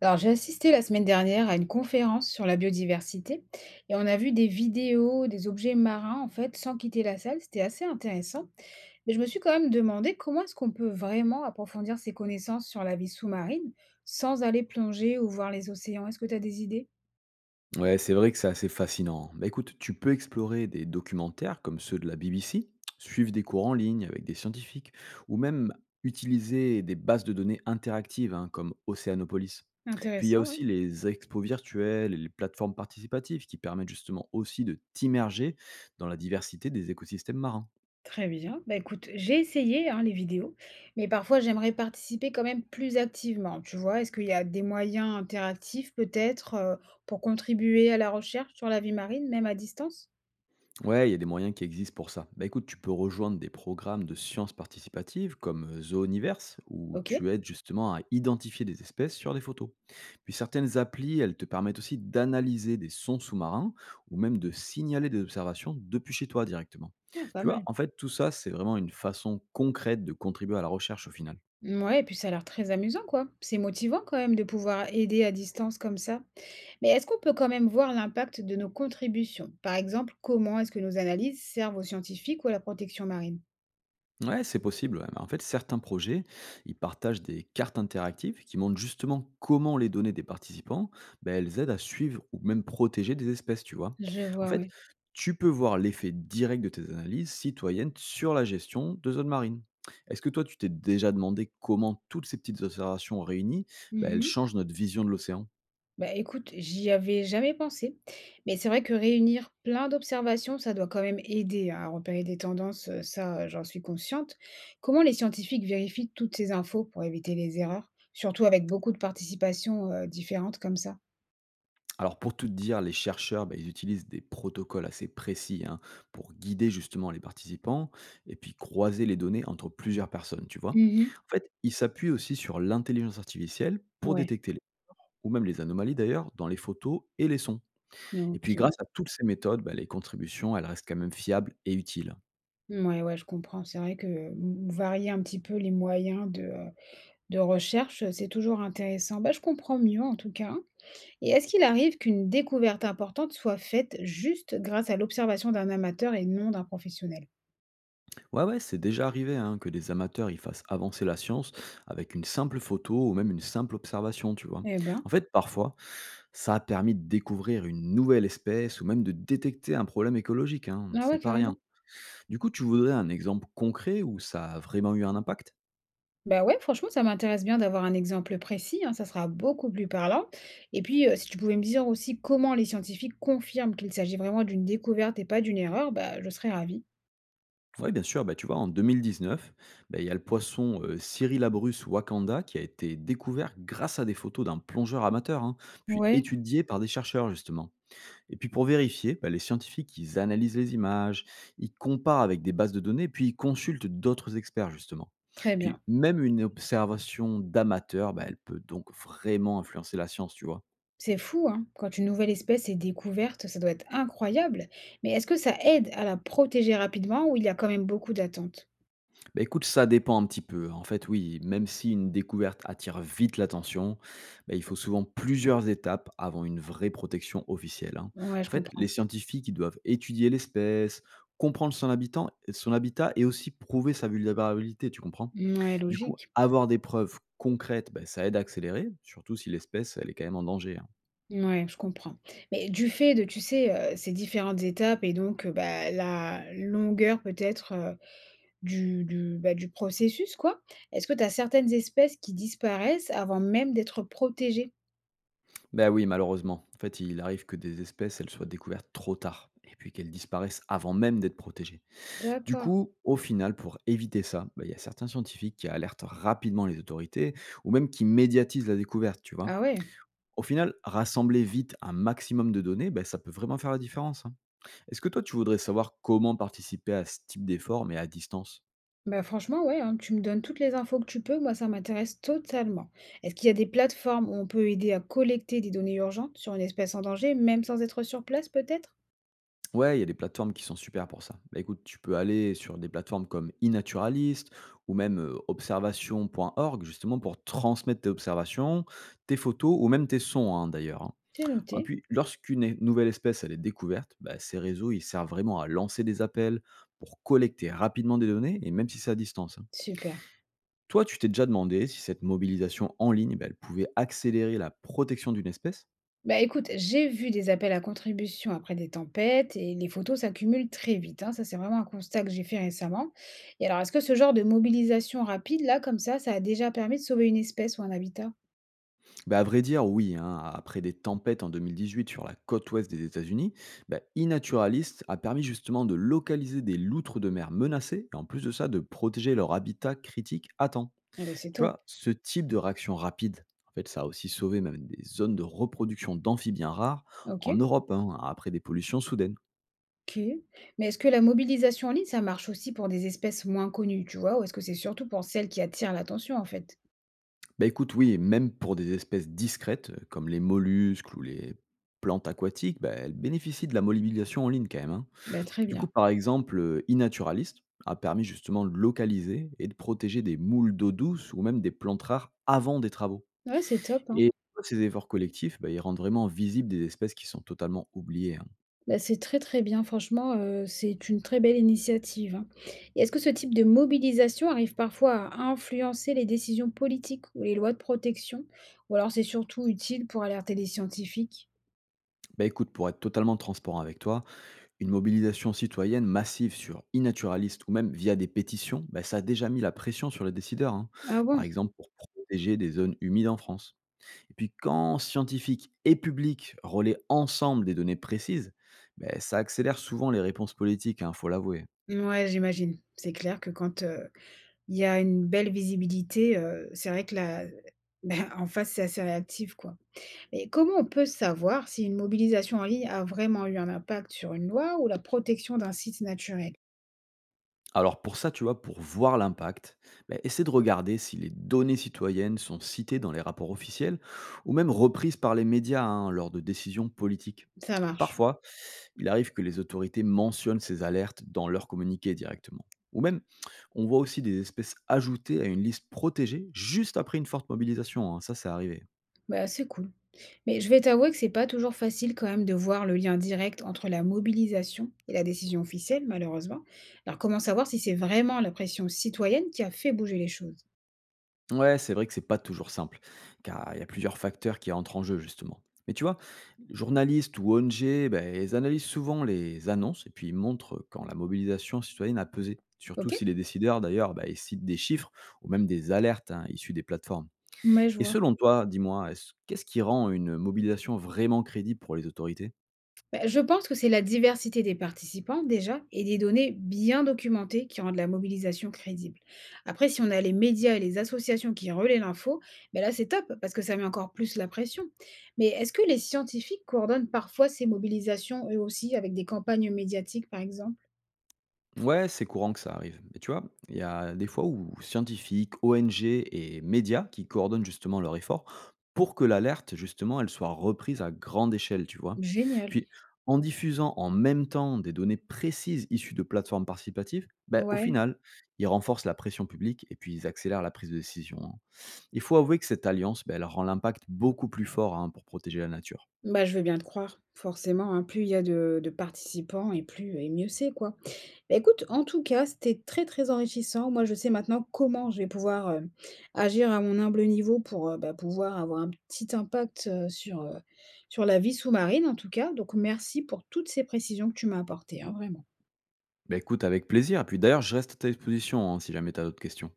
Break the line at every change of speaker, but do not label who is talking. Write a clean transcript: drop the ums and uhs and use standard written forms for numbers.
Alors, j'ai assisté la semaine dernière à une conférence sur la biodiversité et on a vu des vidéos, des objets marins en fait, sans quitter la salle. C'était assez intéressant. Mais je me suis quand même demandé comment est-ce qu'on peut vraiment approfondir ses connaissances sur la vie sous-marine sans aller plonger ou voir les océans. Est-ce que tu as des idées?
Ouais, c'est vrai que c'est assez fascinant, hein. Bah écoute, tu peux explorer des documentaires comme ceux de la BBC, suivre des cours en ligne avec des scientifiques, ou même utiliser des bases de données interactives, hein, comme Océanopolis. Puis il y a
Intéressant, ouais.
aussi les expos virtuelles et les plateformes participatives qui permettent justement aussi de t'immerger dans la diversité des écosystèmes marins.
Très bien. Bah, écoute, j'ai essayé, hein, les vidéos, mais parfois j'aimerais participer quand même plus activement. Tu vois, est-ce qu'il y a des moyens interactifs peut-être pour contribuer à la recherche sur la vie marine, même à distance?
Ouais, il y a des moyens qui existent pour ça. Bah écoute, tu peux rejoindre des programmes de sciences participatives comme Zooniverse, où
Ok,
tu aides justement à identifier des espèces sur des photos. Puis certaines applis, elles te permettent aussi d'analyser des sons sous-marins ou même de signaler des observations depuis chez toi directement.
ouais, pas
Tu vois,
mal.
en fait, tout ça, c'est vraiment une façon concrète de contribuer à la recherche au final.
Ouais, et puis ça a l'air très amusant, quoi. C'est motivant quand même de pouvoir aider à distance comme ça. Mais est-ce qu'on peut quand même voir l'impact de nos contributions? Par exemple, comment est-ce que nos analyses servent aux scientifiques ou à la protection marine?
Ouais, c'est possible, ouais. Bah, en fait, certains projets, ils partagent des cartes interactives qui montrent justement comment les données des participants, ben, elles aident à suivre ou même protéger des espèces, tu vois.
Je
En
vois,
fait,
ouais.
tu peux voir l'effet direct de tes analyses citoyennes sur la gestion de zones marines. Est-ce que toi, tu t'es déjà demandé comment toutes ces petites observations réunies, ben, elles
Mhm.
changent notre vision de l'océan?
Bah, écoute, j'y avais jamais pensé, mais c'est vrai que réunir plein d'observations, ça doit quand même aider hein, à repérer des tendances, ça, j'en suis consciente. Comment les scientifiques vérifient toutes ces infos pour éviter les erreurs, surtout avec beaucoup de participations différentes comme ça?
Alors pour tout te dire, les chercheurs, bah, ils utilisent des protocoles assez précis, hein, pour guider justement les participants et puis croiser les données entre plusieurs personnes, tu vois.
Mhm.
En fait, ils s'appuient aussi sur l'intelligence artificielle pour
Ouais,
détecter les ou même les anomalies d'ailleurs dans les photos et les sons. Et
ok.
puis grâce à toutes ces méthodes, bah, les contributions, elles restent quand même fiables et utiles.
Ouais, ouais, je comprends. C'est vrai que varier un petit peu les moyens de recherche, c'est toujours intéressant. Bah, je comprends mieux en tout cas. Et est-ce qu'il arrive qu'une découverte importante soit faite juste grâce à l'observation d'un amateur et non d'un professionnel?
Ouais, ouais, c'est déjà arrivé, hein, que des amateurs y fassent avancer la science avec une simple photo ou même une simple observation, tu vois.
Eh
En
ben,
fait, parfois, ça a permis de découvrir une nouvelle espèce ou même de détecter un problème écologique, hein,
ah
c'est
ouais,
pas
carrément.
rien. Du coup, tu voudrais un exemple concret où ça a vraiment eu un impact?
Bah ouais, franchement, ça m'intéresse bien d'avoir un exemple précis, hein, ça sera beaucoup plus parlant. Et puis, si tu pouvais me dire aussi comment les scientifiques confirment qu'il s'agit vraiment d'une découverte et pas d'une erreur, bah je serais ravie.
Oui, bien sûr, bah, tu vois, en 2019, bah, il y a le poisson Cyrilabrus wakanda qui a été découvert grâce à des photos d'un plongeur amateur, hein, puis
Ouais,
étudié par des chercheurs, justement. Et puis pour vérifier, bah, les scientifiques, ils analysent les images, ils comparent avec des bases de données, puis ils consultent d'autres experts, justement.
très
Puis
bien.
même une observation d'amateur, bah, elle peut donc vraiment influencer la science, tu vois.
C'est fou, hein, quand une nouvelle espèce est découverte, ça doit être incroyable. Mais est-ce que ça aide à la protéger rapidement ou il y a quand même beaucoup d'attentes?
Bah, écoute, ça dépend un petit peu, hein. En fait, oui, même si une découverte attire vite l'attention, bah, il faut souvent plusieurs étapes avant une vraie protection officielle, hein.
Ouais,
En
je
fait, les
comprends.
scientifiques, ils doivent étudier l'espèce, comprendre son habitant, son habitat et aussi prouver sa vulnérabilité, tu comprends?
Ouais,
Du coup,
logique.
avoir des preuves concrètes, ben ça aide à accélérer, surtout si l'espèce, elle est quand même en danger, hein.
Ouais, je comprends. Mais du fait de, tu sais, ces différentes étapes et donc, bah, la longueur peut-être, bah, du processus quoi, est-ce que tu as certaines espèces qui disparaissent avant même d'être protégées?
Bah, oui, malheureusement. En fait, il arrive que des espèces, elles soient découvertes trop tard et puis qu'elles disparaissent avant même d'être protégées. Du
D'accord.
coup, au final, pour éviter ça, ben il y a certains scientifiques qui alertent rapidement les autorités ou même qui médiatisent la découverte, tu vois.
Ah ouais.
Au final, rassembler vite un maximum de données, ben ça peut vraiment faire la différence, hein. Est-ce que toi, tu voudrais savoir comment participer à ce type d'effort, mais à distance?
Bah, franchement, ouais, hein, tu me donnes toutes les infos que tu peux, moi ça m'intéresse totalement. Est-ce qu'il y a des plateformes où on peut aider à collecter des données urgentes sur une espèce en danger, même sans être sur place peut-être?
Ouais, il y a des plateformes qui sont super pour ça. Bah, écoute, tu peux aller sur des plateformes comme iNaturalist ou même observation.org, justement pour transmettre tes observations, tes photos ou même tes sons, hein, d'ailleurs, hein.
C'est
Ah,
noté,
puis, lorsqu'une nouvelle espèce elle est découverte, bah, ces réseaux ils servent vraiment à lancer des appels pour collecter rapidement des données, et même si c'est à distance, hein.
super.
Toi, tu t'es déjà demandé si cette mobilisation en ligne, bah, elle pouvait accélérer la protection d'une espèce?
Bah écoute, j'ai vu des appels à contribution après des tempêtes et les photos s'accumulent très vite, hein. Ça, c'est vraiment un constat que j'ai fait récemment. Et alors, est-ce que ce genre de mobilisation rapide, là, comme ça a déjà permis de sauver une espèce ou un habitat?
Bah, à vrai dire, oui, hein. Après des tempêtes en 2018 sur la côte ouest des États-Unis, bah, eNaturalist a permis justement de localiser des loutres de mer menacées et en plus de ça, de protéger leur habitat critique à temps.
Ah bah c'est
Tu
top.
vois, ce type de réaction rapide, en fait, ça a aussi sauvé même des zones de reproduction d'amphibiens rares
Ok,
en Europe, hein, après des pollutions soudaines.
ok. Mais est-ce que la mobilisation en ligne, ça marche aussi pour des espèces moins connues, tu vois, ou est-ce que c'est surtout pour celles qui attirent l'attention, en fait?
Bah écoute, oui, même pour des espèces discrètes, comme les mollusques ou les plantes aquatiques, bah, elles bénéficient de la modélisation en ligne quand même, hein.
Bah, très
Du
bien.
coup, par exemple, iNaturalist a permis justement de localiser et de protéger des moules d'eau douce ou même des plantes rares avant des travaux.
Ouais, c'est top,
Et
hein.
ces efforts collectifs, bah, ils rendent vraiment visibles des espèces qui sont totalement oubliées, hein.
Bah, c'est très, très bien. Franchement, c'est une très belle initiative, hein. Et est-ce que ce type de mobilisation arrive parfois à influencer les décisions politiques ou les lois de protection? Ou alors c'est surtout utile pour alerter les scientifiques?
Bah écoute, pour être totalement transparent avec toi, une mobilisation citoyenne massive sur e-naturaliste ou même via des pétitions, bah ça a déjà mis la pression sur les décideurs, hein.
Ah
Par
bon?
exemple pour protéger des zones humides en France. Et puis quand scientifiques et publics relaient ensemble des données précises, bah ça accélère souvent les réponses politiques, il faut l'avouer.
Ouais j'imagine. C'est clair que quand, il y a une belle visibilité, c'est vrai que la ben en face, c'est assez réactif, quoi. Mais comment on peut savoir si une mobilisation en ligne a vraiment eu un impact sur une loi ou la protection d'un site naturel?
Alors pour ça, tu vois, pour voir l'impact, bah essaie de regarder si les données citoyennes sont citées dans les rapports officiels ou même reprises par les médias, hein, lors de décisions politiques.
Ça marche.
Parfois, il arrive que les autorités mentionnent ces alertes dans leur communiqué directement. Ou même, on voit aussi des espèces ajoutées à une liste protégée juste après une forte mobilisation, hein. Ça, c'est arrivé.
Bah, c'est cool. Mais je vais t'avouer que c'est pas toujours facile quand même de voir le lien direct entre la mobilisation et la décision officielle, malheureusement. Alors comment savoir si c'est vraiment la pression citoyenne qui a fait bouger les choses?
Ouais, c'est vrai que c'est pas toujours simple, car il y a plusieurs facteurs qui entrent en jeu, justement. Mais tu vois, journalistes ou ONG, ben, ils analysent souvent les annonces et puis ils montrent quand la mobilisation citoyenne a pesé. Surtout
Ok?
si les décideurs, d'ailleurs, ben, ils citent des chiffres ou même des alertes, hein, issues des plateformes.
Mais je
Et
vois.
selon toi, dis-moi, est-ce qu'est-ce qui rend une mobilisation vraiment crédible pour les autorités?
Bah, je pense que c'est la diversité des participants déjà et des données bien documentées qui rendent la mobilisation crédible. Après, si on a les médias et les associations qui relaient l'info, bah là c'est top parce que ça met encore plus la pression. Mais est-ce que les scientifiques coordonnent parfois ces mobilisations eux aussi avec des campagnes médiatiques par exemple?
Ouais, c'est courant que ça arrive. Mais tu vois, il y a des fois où scientifiques, ONG et médias qui coordonnent justement leurs efforts pour que l'alerte, justement, elle soit reprise à grande échelle, tu vois.
Génial.
Puis, en diffusant en même temps des données précises issues de plateformes participatives, ben, au
Ouais,
final, ils renforcent la pression publique et puis ils accélèrent la prise de décision, hein. Il faut avouer que cette alliance, ben, elle rend l'impact beaucoup plus fort, hein, pour protéger la nature.
bah je veux bien te croire. Forcément, hein, plus il y a de participants et plus et mieux c'est quoi. Bah, écoute, en tout cas, c'était très, très enrichissant. Moi, je sais maintenant comment je vais pouvoir, agir à mon humble niveau pour, bah, pouvoir avoir un petit impact, sur, sur la vie sous-marine en tout cas. Donc merci pour toutes ces précisions que tu m'as apportées, hein, vraiment.
Bah écoute, avec plaisir. Et puis d'ailleurs, je reste à ta disposition, hein, si jamais tu as d'autres questions.